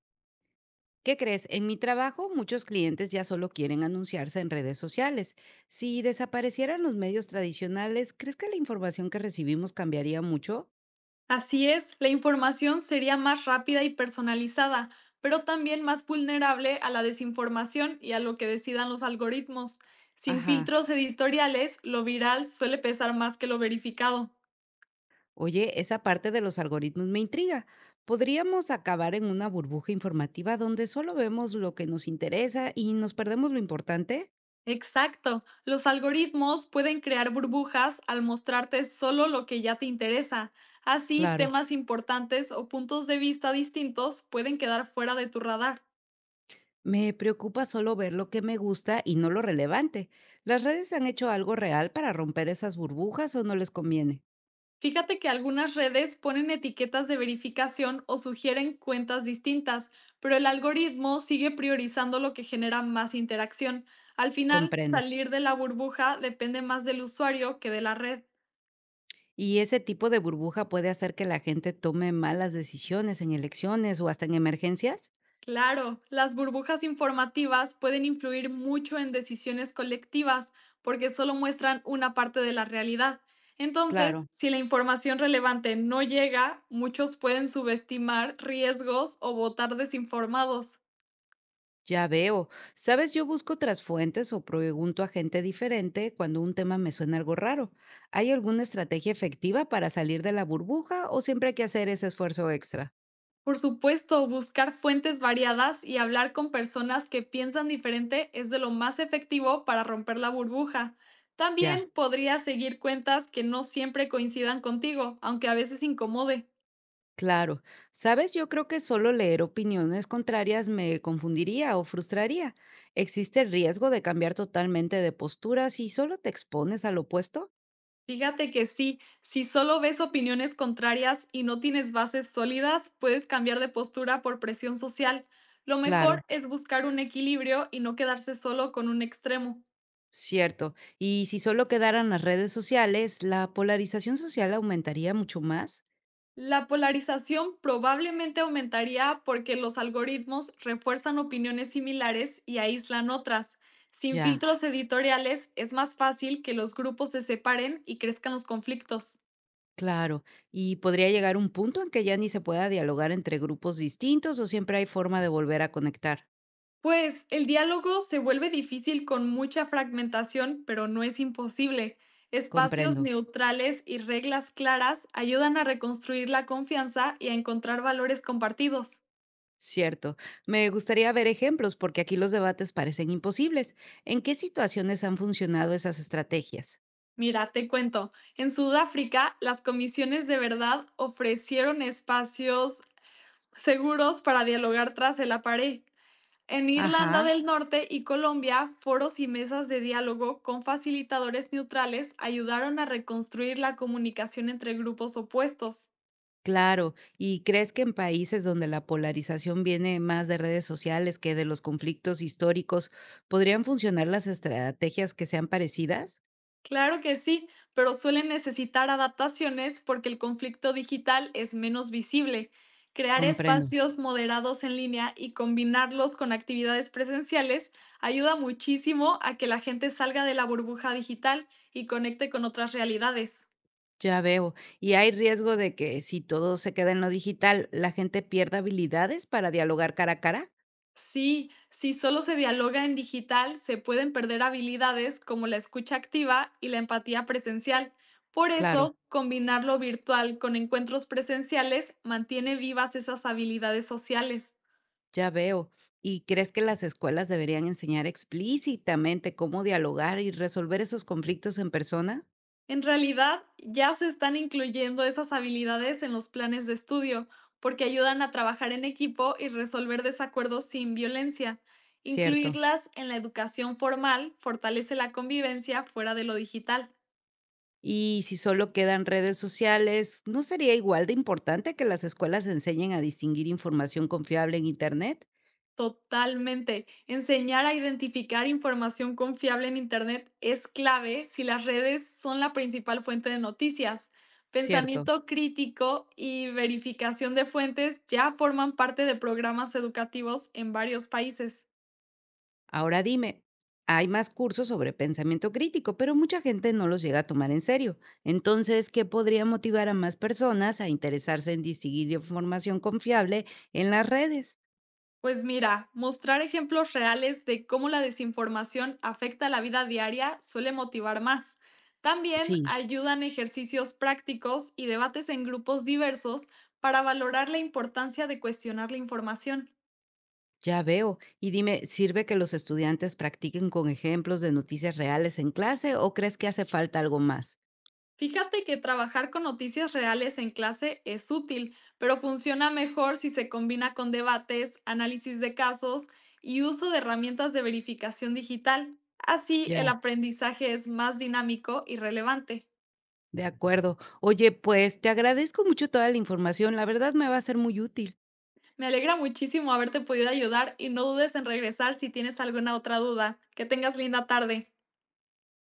¿Qué crees? En mi trabajo muchos clientes ya solo quieren anunciarse en redes sociales. Si desaparecieran los medios tradicionales, ¿crees que la información que recibimos cambiaría mucho? Así es, la información sería más rápida y personalizada, pero también más vulnerable a la desinformación y a lo que decidan los algoritmos. Sin Ajá. filtros editoriales, lo viral suele pesar más que lo verificado. Oye, esa parte de los algoritmos me intriga. Podríamos acabar en una burbuja informativa donde solo vemos lo que nos interesa y nos perdemos lo importante. Exacto, los algoritmos pueden crear burbujas al mostrarte solo lo que ya te interesa. Así, Claro. temas importantes o puntos de vista distintos pueden quedar fuera de tu radar. Me preocupa solo ver lo que me gusta y no lo relevante. ¿Las redes han hecho algo real para romper esas burbujas o no les conviene? Fíjate que algunas redes ponen etiquetas de verificación o sugieren cuentas distintas, pero el algoritmo sigue priorizando lo que genera más interacción. Al final, Comprendo. salir de la burbuja depende más del usuario que de la red. Y ese tipo de burbuja puede hacer que la gente tome malas decisiones en elecciones o hasta en emergencias. Claro, las burbujas informativas pueden influir mucho en decisiones colectivas porque solo muestran una parte de la realidad. Entonces, Claro. si la información relevante no llega, muchos pueden subestimar riesgos o votar desinformados. Ya veo. Sabes, yo busco otras fuentes o pregunto a gente diferente cuando un tema me suena algo raro. ¿Hay alguna estrategia efectiva para salir de la burbuja o siempre hay que hacer ese esfuerzo extra? Por supuesto, buscar fuentes variadas y hablar con personas que piensan diferente es de lo más efectivo para romper la burbuja. Ya, También podrías seguir cuentas que no siempre coincidan contigo, aunque a veces incomode. claro. Sabes, yo creo que solo leer opiniones contrarias me confundiría o frustraría. ¿Existe el riesgo de cambiar totalmente de postura si solo te expones al opuesto? Fíjate que sí, si solo ves opiniones contrarias y no tienes bases sólidas, puedes cambiar de postura por presión social. Lo Claro. mejor es buscar un equilibrio y no quedarse solo con un extremo. Cierto. Y si solo quedaran las redes sociales, la polarización social aumentaría mucho más. La polarización probablemente aumentaría porque los algoritmos refuerzan opiniones similares y aíslan otras. Sin Ya, filtros editoriales es más fácil que los grupos se separen y crezcan los conflictos. claro. Y podría llegar un punto en que ya ni se pueda dialogar entre grupos distintos o siempre hay forma de volver a conectar. Pues el diálogo se vuelve difícil con mucha fragmentación, pero no es imposible. Espacios Comprendo. neutrales y reglas claras ayudan a reconstruir la confianza y a encontrar valores compartidos. Cierto. Me gustaría ver ejemplos porque aquí los debates parecen imposibles. ¿En qué situaciones han funcionado esas estrategias? Mira, te cuento, en Sudáfrica las comisiones de verdad ofrecieron espacios seguros para dialogar tras el apartheid. En Ajá. Irlanda del Norte y Colombia, foros y mesas de diálogo con facilitadores neutrales ayudaron a reconstruir la comunicación entre grupos opuestos. Claro, ¿y crees que en países donde la polarización viene más de redes sociales que de los conflictos históricos, podrían funcionar las estrategias que sean parecidas? Claro que sí, pero suelen necesitar adaptaciones porque el conflicto digital es menos visible. Crear Comprendo, espacios moderados en línea y combinarlos con actividades presenciales ayuda muchísimo a que la gente salga de la burbuja digital y conecte con otras realidades. ya veo. ¿Y hay riesgo de que si todo se queda en lo digital, la gente pierda habilidades para dialogar cara a cara? Sí, si solo se dialoga en digital, se pueden perder habilidades como la escucha activa y la empatía presencial. Por Claro, eso, combinar lo virtual con encuentros presenciales mantiene vivas esas habilidades sociales. ya veo. ¿Y crees que las escuelas deberían enseñar explícitamente cómo dialogar y resolver esos conflictos en persona? En realidad, ya se están incluyendo esas habilidades en los planes de estudio, porque ayudan a trabajar en equipo y resolver desacuerdos sin violencia. Cierto. Incluirlas en la educación formal fortalece la convivencia fuera de lo digital. Y si solo quedan redes sociales, ¿no sería igual de importante que las escuelas enseñen a distinguir información confiable en Internet? Totalmente. Enseñar a identificar información confiable en Internet es clave si las redes son la principal fuente de noticias. Cierto. Pensamiento crítico y verificación de fuentes ya forman parte de programas educativos en varios países. Ahora dime, hay más cursos sobre pensamiento crítico, pero mucha gente no los llega a tomar en serio. Entonces, ¿qué podría motivar a más personas a interesarse en distinguir información confiable en las redes? Pues mira, mostrar ejemplos reales de cómo la desinformación afecta la vida diaria suele motivar más. También Sí, ayudan ejercicios prácticos y debates en grupos diversos para valorar la importancia de cuestionar la información. ya veo. Y dime, ¿sirve que los estudiantes practiquen con ejemplos de noticias reales en clase o crees que hace falta algo más? Fíjate que trabajar con noticias reales en clase es útil, pero funciona mejor si se combina con debates, análisis de casos y uso de herramientas de verificación digital. Así Ya. el aprendizaje es más dinámico y relevante. De acuerdo. Oye, pues te agradezco mucho toda la información. La verdad me va a ser muy útil. Me alegra muchísimo haberte podido ayudar y no dudes en regresar si tienes alguna otra duda. Que tengas linda tarde.